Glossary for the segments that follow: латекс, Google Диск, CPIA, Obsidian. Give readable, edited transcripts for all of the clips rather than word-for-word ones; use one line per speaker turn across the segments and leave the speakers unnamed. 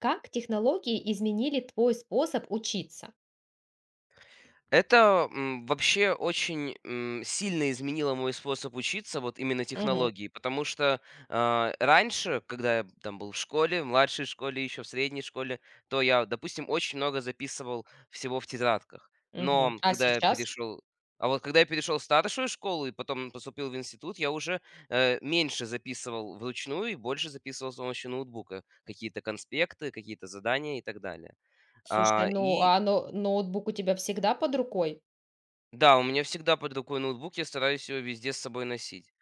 Как технологии изменили твой способ учиться?
Это, вообще очень, сильно изменило мой способ учиться, вот именно
Мгм,
технологии, потому что раньше, когда я там был в школе, в младшей школе, еще в средней школе, то я, допустим, очень много записывал всего в тетрадках.
мгм.
Но
А
когда я
сейчас?
перешел а вот когда я перешел в старшую школу и потом поступил в институт, я уже, меньше записывал вручную и больше записывал с помощью ноутбука какие-то конспекты, какие-то задания и так далее.
Слушай,
А,
ну,
и
но ноутбук у тебя всегда под рукой?
Да, у меня всегда под рукой ноутбук, я стараюсь его везде с собой носить.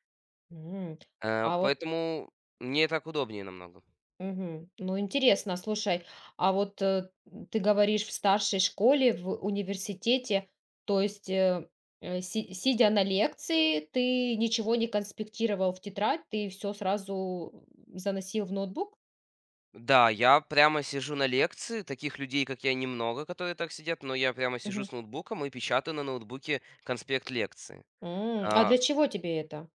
М, а вот
Поэтому мне так удобнее намного.
Мгм. Ну, интересно, слушай, а вот, ты говоришь, в старшей школе, в университете, то есть, си сидя на лекции, ты ничего не конспектировал в тетрадь, ты все сразу заносил в ноутбук?
Да, я прямо сижу на лекции, таких людей, как я, немного, которые так сидят, но я прямо сижу
Мгм.
с ноутбуком и печатаю на ноутбуке конспект лекции.
А
А,
для чего тебе это?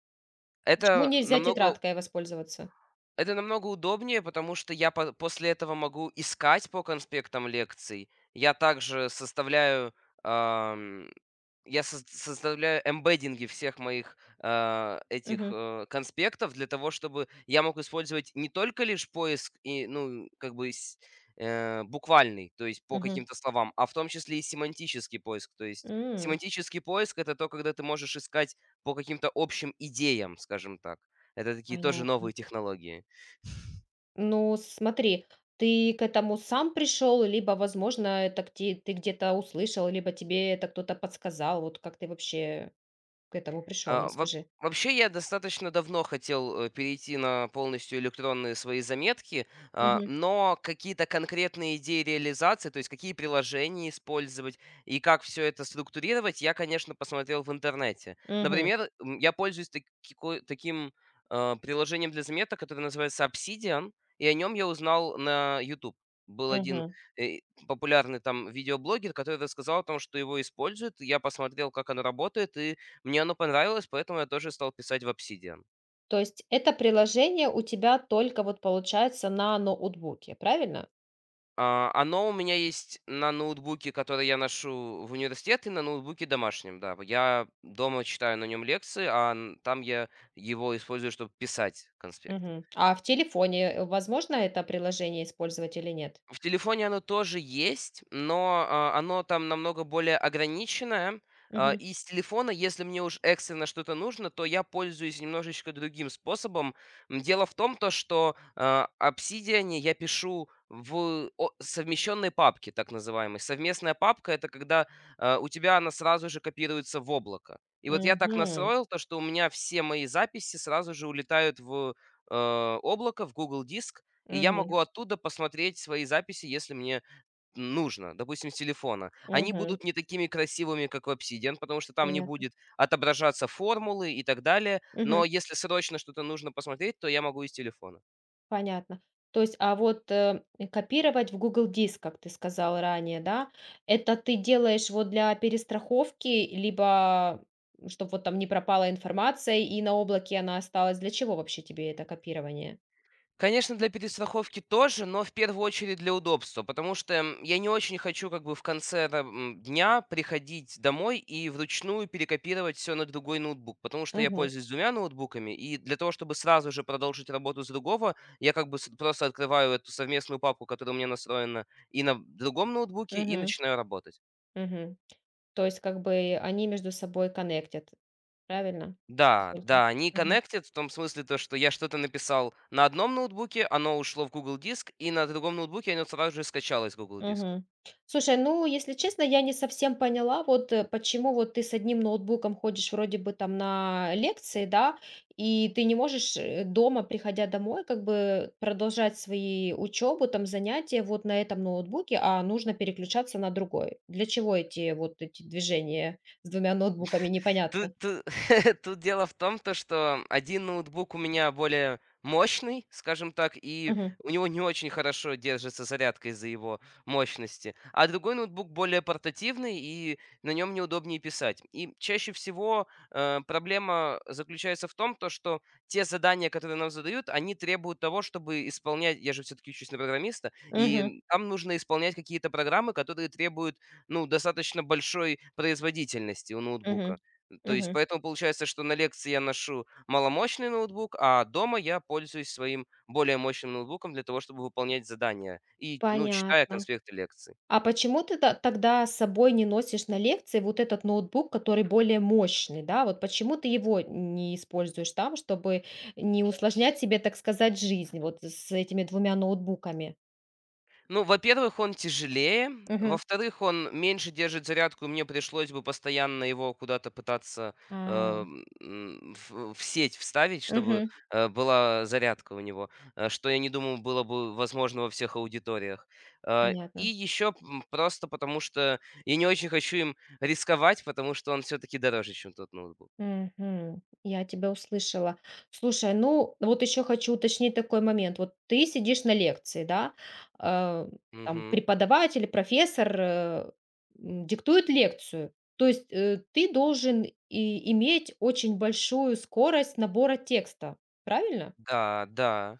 Почему
это
нельзя
намного
тетрадкой воспользоваться?
Это намного удобнее, потому что я по после этого могу искать по конспектам лекций. Я также составляю, ам, я сос составляю эмбеддинги всех моих, этих,
Мгм,
конспектов для того, чтобы я мог использовать не только лишь поиск и, ну, как бы буквальный, то есть по
мгм.
каким-то словам, а в том числе и семантический поиск. То есть
М.
семантический поиск — это то, когда ты можешь искать по каким-то общим идеям, скажем так. Это такие тоже новые
Понятно.
технологии.
Ну, смотри, ты к этому сам пришел, либо, возможно, это где ты где-то услышал, либо тебе это кто-то подсказал. Вот как ты вообще к этому пришел?
А, во
Расскажи.
вообще, я достаточно давно хотел, перейти на полностью электронные свои заметки,
Мгм,
но какие-то конкретные идеи реализации, то есть какие приложения использовать и как все это структурировать, я, конечно, посмотрел в интернете.
мгм,
Например, я пользуюсь такико таким, приложением для заметок, которое называется Obsidian, и о нем я узнал на YouTube. Был один,
мгм.
э, популярный там видеоблогер, который рассказал о том, что его используют. Я посмотрел, как оно работает, и мне оно понравилось, поэтому я тоже стал писать в Obsidian.
То есть это приложение у тебя только вот получается на ноутбуке, правильно?
Оно у меня есть на ноутбуке, который я ношу в университет, и на ноутбуке домашнем, да. Я дома читаю на нем лекции, а там я его использую, чтобы писать конспект.
Мгм. А в телефоне, возможно это приложение использовать или нет?
В телефоне оно тоже есть, но, оно там намного более ограниченное.
Мгм,
С телефона, если мне уж экстренно что-то нужно, то я пользуюсь немножечко другим способом. Дело в том, то что Obsidian я пишу в о совмещенной папке, так называемой. Совместная папка — это когда, у тебя она сразу же копируется в облако. И вот я так
мгм,
настроил то, что у меня все мои записи сразу же улетают в, облако, в Google Диск. И я
мгм,
могу оттуда посмотреть свои записи, если мне нужно, допустим, с телефона. Они
мгм.
будут не такими красивыми, как в Obsidian, потому что там не
Понятно.
будет отображаться формулы и так далее.
Мгм.
Но если срочно что-то нужно посмотреть, то я могу из телефона.
Понятно. То есть, а вот, копировать в Google Диск, как ты сказал ранее, да, это ты делаешь вот для перестраховки, либо чтобы вот там не пропала информация и на облаке она осталась. Для чего вообще тебе это копирование?
Конечно, для перестраховки тоже, но в первую очередь для удобства, потому что я не очень хочу как бы в конце, да, дня приходить домой и вручную перекопировать все на другой ноутбук, потому что я
Мгм.
пользуюсь двумя ноутбуками, и для того, чтобы сразу же продолжить работу с другого, я как бы просто открываю эту совместную папку, которая у меня настроена и на другом ноутбуке, и
Мгм.
начинаю работать.
Мгм. То есть как бы они между собой коннектят, правильно?
Да,
Насколько?
да, они connected в том смысле, то, что я что-то написал на одном ноутбуке, оно ушло в Google Диск, и на другом ноутбуке оно сразу же скачалось в Google Диск.
Мгм. Слушай, ну, если честно, я не совсем поняла, вот почему вот ты с одним ноутбуком ходишь вроде бы там на лекции, да, и ты не можешь дома, приходя домой, как бы продолжать свои учебу, там занятия вот на этом ноутбуке, а нужно переключаться на другой. Для чего эти вот эти движения с двумя ноутбуками,
Тут
непонятно.
тут тут дело в том, то что один ноутбук у меня более мощный, скажем так, и
Мгм.
у него не очень хорошо держится зарядка из-за его мощности, а другой ноутбук более портативный, и на нем неудобнее писать. И чаще всего, проблема заключается в том, то что те задания, которые нам задают, они требуют того, чтобы исполнять, я же все таки учусь на программиста,
Мгм.
и там нужно исполнять какие-то программы, которые требуют, ну, достаточно большой производительности у
Мгм.
ноутбука. То есть
Мгм.
поэтому получается, что на лекции я ношу маломощный ноутбук, а дома я пользуюсь своим более мощным ноутбуком для того, чтобы выполнять задания и, ну, читая
Понятно.
конспекты лекций.
А почему ты то тогда с собой не носишь на лекции вот этот ноутбук, который более мощный, да? Вот почему ты его не используешь там, чтобы не усложнять себе, так сказать, жизнь вот с этими двумя ноутбуками?
Ну, во-первых, он тяжелее.
Мгм.
Во-вторых, он меньше держит зарядку, и мне пришлось бы постоянно его куда-то пытаться
А,
э, в сеть вставить, чтобы
Мгм.
была зарядка у него, что я не думаю было бы возможно во всех аудиториях. И
Понятно.
еще, просто потому, что я не очень хочу им рисковать, потому что он все-таки дороже, чем тот ноутбук.
Мгм. Я тебя услышала. Слушай, ну вот еще хочу уточнить такой момент. Вот ты сидишь на лекции, да? Э, там
Мгм.
преподаватель, профессор, диктует лекцию. То есть ты должен и иметь очень большую скорость набора текста, правильно?
Да, да.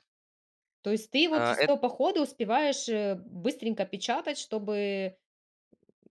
То есть ты вот
Э,
все по ходу успеваешь быстренько печатать, чтобы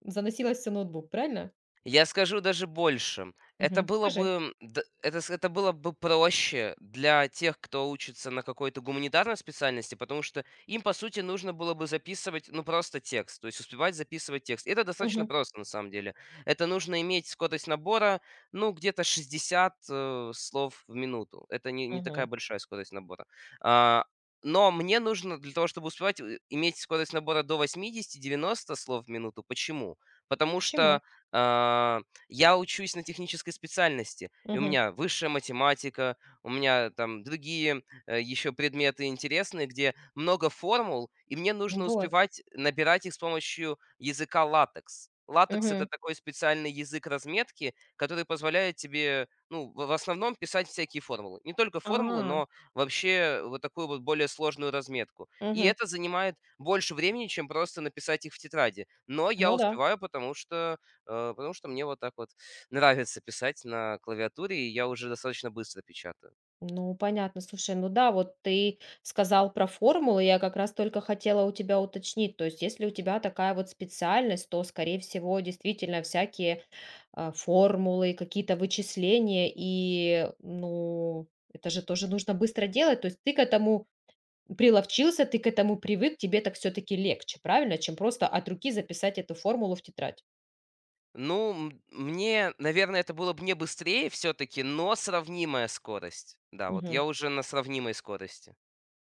заносилось все ноутбук, правильно?
Я скажу даже больше. Это
Мгм.
было
Скажи.
бы, д- это, с- это было бы проще для тех, кто учится на какой-то гуманитарной специальности, потому что им, по сути, нужно было бы записывать, ну, просто текст, то есть успевать записывать текст. И это достаточно
Мгм.
просто, на самом деле. Это нужно иметь скорость набора, ну, где-то 60 слов в минуту. Это не такая
Мгм.
большая скорость набора. А, но мне нужно для того, чтобы успевать, иметь скорость набора до 80–90 слов в минуту. Почему? Потому что
Почему?
а, я учусь на технической специальности, и у
Мгм.
меня высшая математика, у меня там другие еще предметы интересные, где много формул, и мне нужно
Вот.
успевать набирать их с помощью языка латекс. Латекс — это
Мгм.
такой специальный язык разметки, который позволяет тебе, ну, в основном писать всякие формулы. Не только формулы,
А,
но вообще вот такую вот более сложную разметку. И
мгм.
это занимает больше времени, чем просто написать их в тетради. Но я
Ну да.
успеваю, потому что мне вот так вот нравится писать на клавиатуре, и я уже достаточно быстро печатаю.
Ну, понятно. Слушай, ну да, вот ты сказал про формулы, я как раз только хотела у тебя уточнить. То есть, если у тебя такая вот специальность, то, скорее всего, действительно всякие формулы, какие-то вычисления, и, ну, это же тоже нужно быстро делать. То есть, ты к этому приловчился, ты к этому привык, тебе так все-таки легче, правильно, чем просто от руки записать эту формулу в тетрадь.
Ну, мне, наверное, это было бы не быстрее все-таки, но сравнимая скорость. Да, вот
Мгм.
я уже на сравнимой скорости.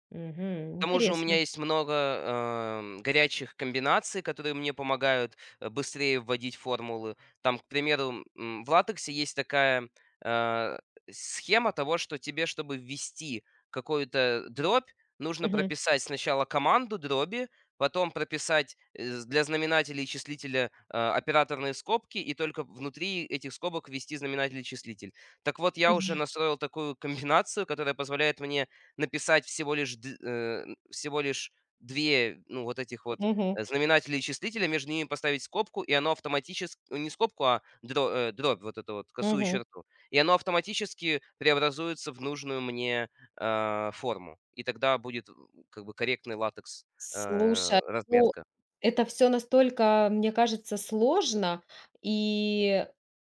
Мгм.
К тому же у меня
Интересно.
есть много, горячих комбинаций, которые мне помогают, быстрее вводить формулы. Там, к примеру, в латексе есть такая, э, схема того, что тебе, чтобы ввести какую-то дробь, нужно
Мгм.
прописать сначала команду дроби, потом прописать, для знаменателя и числителя, операторные скобки и только внутри этих скобок ввести знаменатель и числитель. Так вот, я уже настроил такую комбинацию, которая позволяет мне написать всего лишь две, ну, вот этих вот,
Мгм.
знаменателя и числителя, между ними поставить скобку, и оно не скобку, а дробь, вот эту вот косую
Мгм.
черту. И оно автоматически преобразуется в нужную мне, форму. И тогда будет, как бы, корректный латекс, э,
Слушай, ну,
разметка.
это все настолько, мне кажется, сложно. И,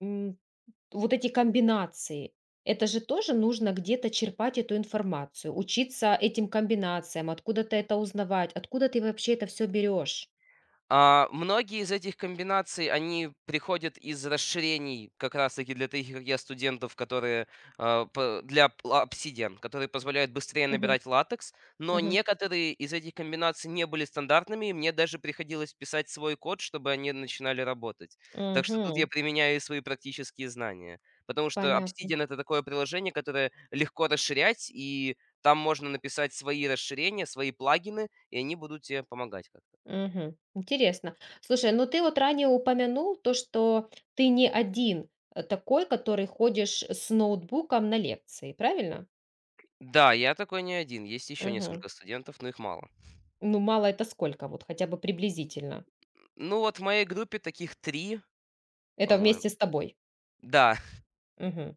м, вот эти комбинации, это же тоже нужно где-то черпать эту информацию, учиться этим комбинациям, откуда-то это узнавать, откуда ты вообще это все берешь?
Многие из этих комбинаций, они приходят из расширений как раз-таки для таких, как я, студентов, которые для обсидиан, которые позволяют быстрее
Мгм,
набирать латекс, но
мгм,
некоторые из этих комбинаций не были стандартными, и мне даже приходилось писать свой код, чтобы они начинали работать. Так что тут я
мгм.
применяю и свои практические знания. Потому что
Понятно.
Obsidian — это такое приложение, которое легко расширять, и там можно написать свои расширения, свои плагины, и они будут тебе помогать как-то.
Мгм. Интересно. Слушай, ну ты вот ранее упомянул то, что ты не один, такой, который ходишь с ноутбуком на лекции, правильно?
Да, я такой не один. Есть еще
Мгм.
несколько студентов, но их мало.
Ну, мало- это сколько вот, хотя бы приблизительно?
Ну, вот в моей группе таких 3,
Это
по-моему.
вместе с тобой?
Да,
Мгм.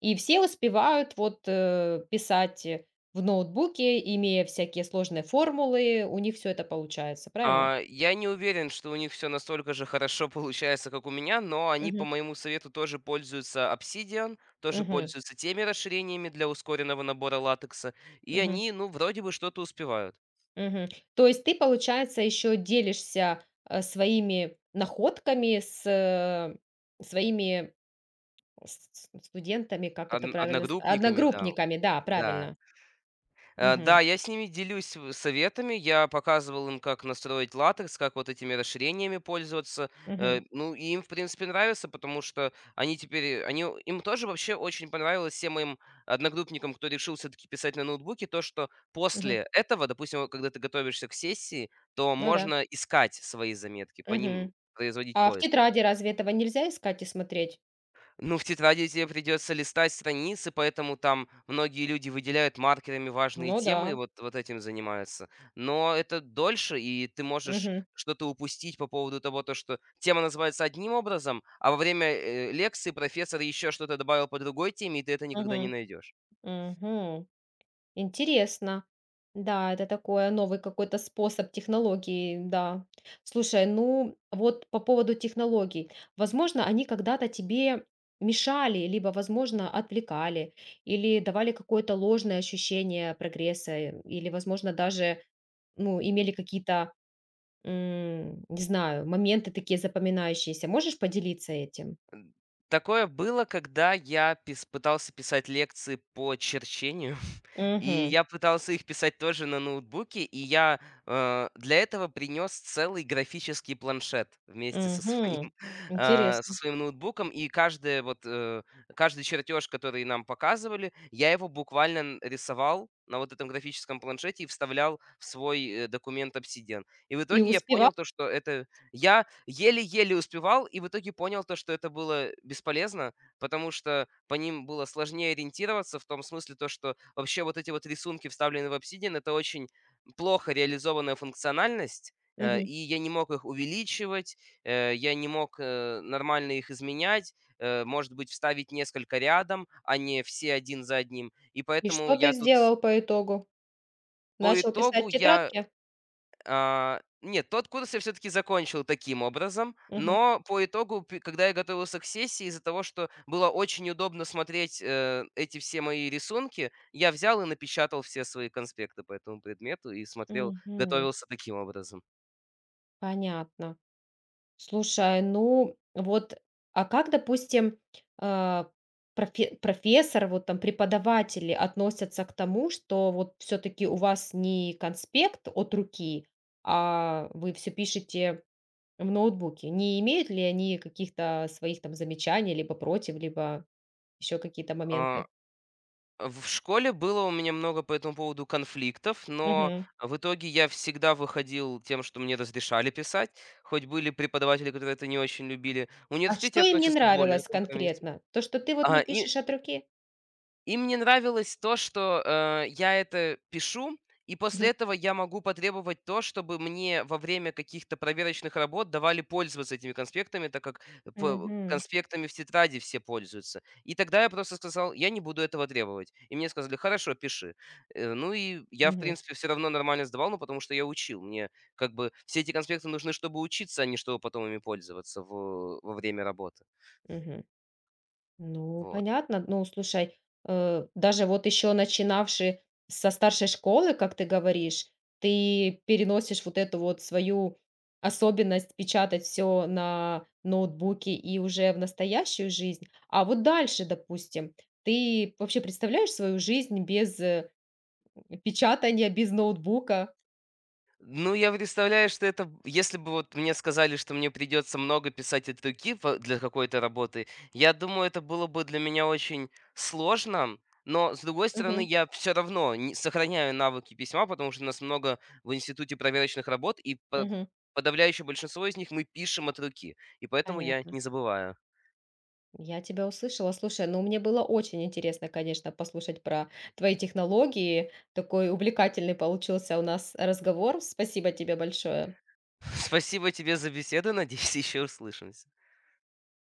И все успевают вот, писать, в ноутбуке, имея всякие сложные формулы, у них все это получается, правильно?
я не уверен, что у них все настолько же хорошо получается, как у меня, но они, по
Мгм.
моему совету, тоже пользуются Obsidian, тоже
Мгм.
пользуются теми расширениями для ускоренного набора латекса, и
Мгм.
они, ну, вроде бы что-то успевают.
Мгм. То есть ты, получается, еще делишься, своими находками с, своими с студентами, как
Од
это правильно, с
одногруппниками, да.
одногруппниками, да,
Да.
правильно.
Да,
Мгм.
я с ними делюсь в советами. Я показывал им, как настроить латекс, как вот этими расширениями пользоваться.
Мгм.
Ну, и им, в принципе, нравится, потому что им тоже вообще очень понравилось всем моим одногруппникам, кто решил все-таки писать на ноутбуке, то, что
Мгм.
после этого, допустим, вот когда ты готовишься к сессии, то
Ну да.
можно искать свои заметки, по ним
Мгм.
производить
А в
поиск.
тетради разве этого нельзя искать и смотреть?
Ну, в тетради тебе придется листать страницы, поэтому там многие люди выделяют маркерами важные
Ну
темы и
да.
вот этим занимаются. Но это дольше, и ты можешь
Мгм.
что-то упустить по поводу того, то, что тема называется одним образом, а во время лекции профессор еще что-то добавил по другой теме, и ты это никогда не
Мгм.
найдешь.
Мгм. Интересно. Да, это такое новый какой-то способ технологии, да. Слушай, ну вот по поводу технологий. Возможно, они когда-то тебе мешали, либо, возможно, отвлекали, или давали какое-то ложное ощущение прогресса, или, возможно, даже, ну, имели какие-то, не знаю, моменты такие запоминающиеся. Можешь поделиться этим?
Такое было, когда я пытался писать лекции по черчению. И
Мгм.
я пытался их писать тоже на ноутбуке, и я, для этого принес целый графический планшет вместе
Мгм.
со
Интересно.
своим ноутбуком. И каждый чертеж, который нам показывали, я его буквально рисовал на вот этом графическом планшете и вставлял в свой, документ Obsidian. И в
И
итоге я
успевал?
понял то, что это я еле-еле успевал, и в итоге понял то, что это было бесполезно, потому что по ним было сложнее ориентироваться в том смысле, то, что вообще вот эти вот рисунки, вставленные в Obsidian, это очень плохо реализованная функциональность, и
Мгм.
я не мог их увеличивать, я не мог нормально их изменять, может быть, вставить несколько рядом, а не все один за одним. И
И
поэтому
что ты
я тут
сделал по итогу?
по
Начал писать
итогу
в
я
тетрадке?
а, Нет, тот курс я все таки закончил таким образом,
Мгм.
но по итогу, п когда я готовился к сессии, из-за того, что было очень удобно смотреть, эти все мои рисунки, я взял и напечатал все свои конспекты по этому предмету и смотрел,
Мгм.
готовился таким образом.
Понятно. Слушай, ну вот, а как, допустим, а, профессор, вот там преподаватели относятся к тому, что вот все таки у вас не конспект от руки, а вы все пишете в ноутбуке? Не имеют ли они каких-то своих там замечаний либо против, либо еще какие-то
А,
моменты.
в школе было у меня много по этому поводу конфликтов, но
Мгм.
в итоге я всегда выходил тем, что мне разрешали писать, хоть были преподаватели, которые это не очень любили. В
А что
университете
им не
относятся более
нравилось
компромиссно.
конкретно? То, что ты вот не
А,
пишешь от руки?
И мне нравилось то, что, я это пишу, и после
Мгм.
этого я могу потребовать то, чтобы мне во время каких-то проверочных работ давали пользоваться этими конспектами, так как п
Мгм.
конспектами в тетради все пользуются. И тогда я просто сказал: "Я не буду этого требовать". И мне сказали: "Хорошо, пиши". Ну и я, в
Мгм.
принципе, все равно нормально сдавал, ну, потому что я учил. Мне как бы все эти конспекты нужны, чтобы учиться, а не чтобы потом ими пользоваться в во время работы.
Мгм. Ну,
Вот.
понятно. Ну, слушай, даже вот еще начинавши со старшей школы, как ты говоришь, ты переносишь вот эту вот свою особенность печатать все на ноутбуке и уже в настоящую жизнь. А вот дальше, допустим, ты вообще представляешь свою жизнь без, печатания, без ноутбука?
Ну, я представляю, что это, если бы вот мне сказали, что мне придется много писать от руки по для какой-то работы, я думаю, это было бы для меня очень сложно. Но, с другой стороны,
Мгм,
я все равно не сохраняю навыки письма, потому что у нас много в институте проверочных работ, и по
мгм.
подавляющее большинство из них мы пишем от руки, и поэтому я
Понятно.
не забываю.
Я тебя услышала. Слушай, ну мне было очень интересно, конечно, послушать про твои технологии. Такой увлекательный получился у нас разговор. Спасибо тебе большое.
Спасибо тебе за беседу. Надеюсь, еще услышимся.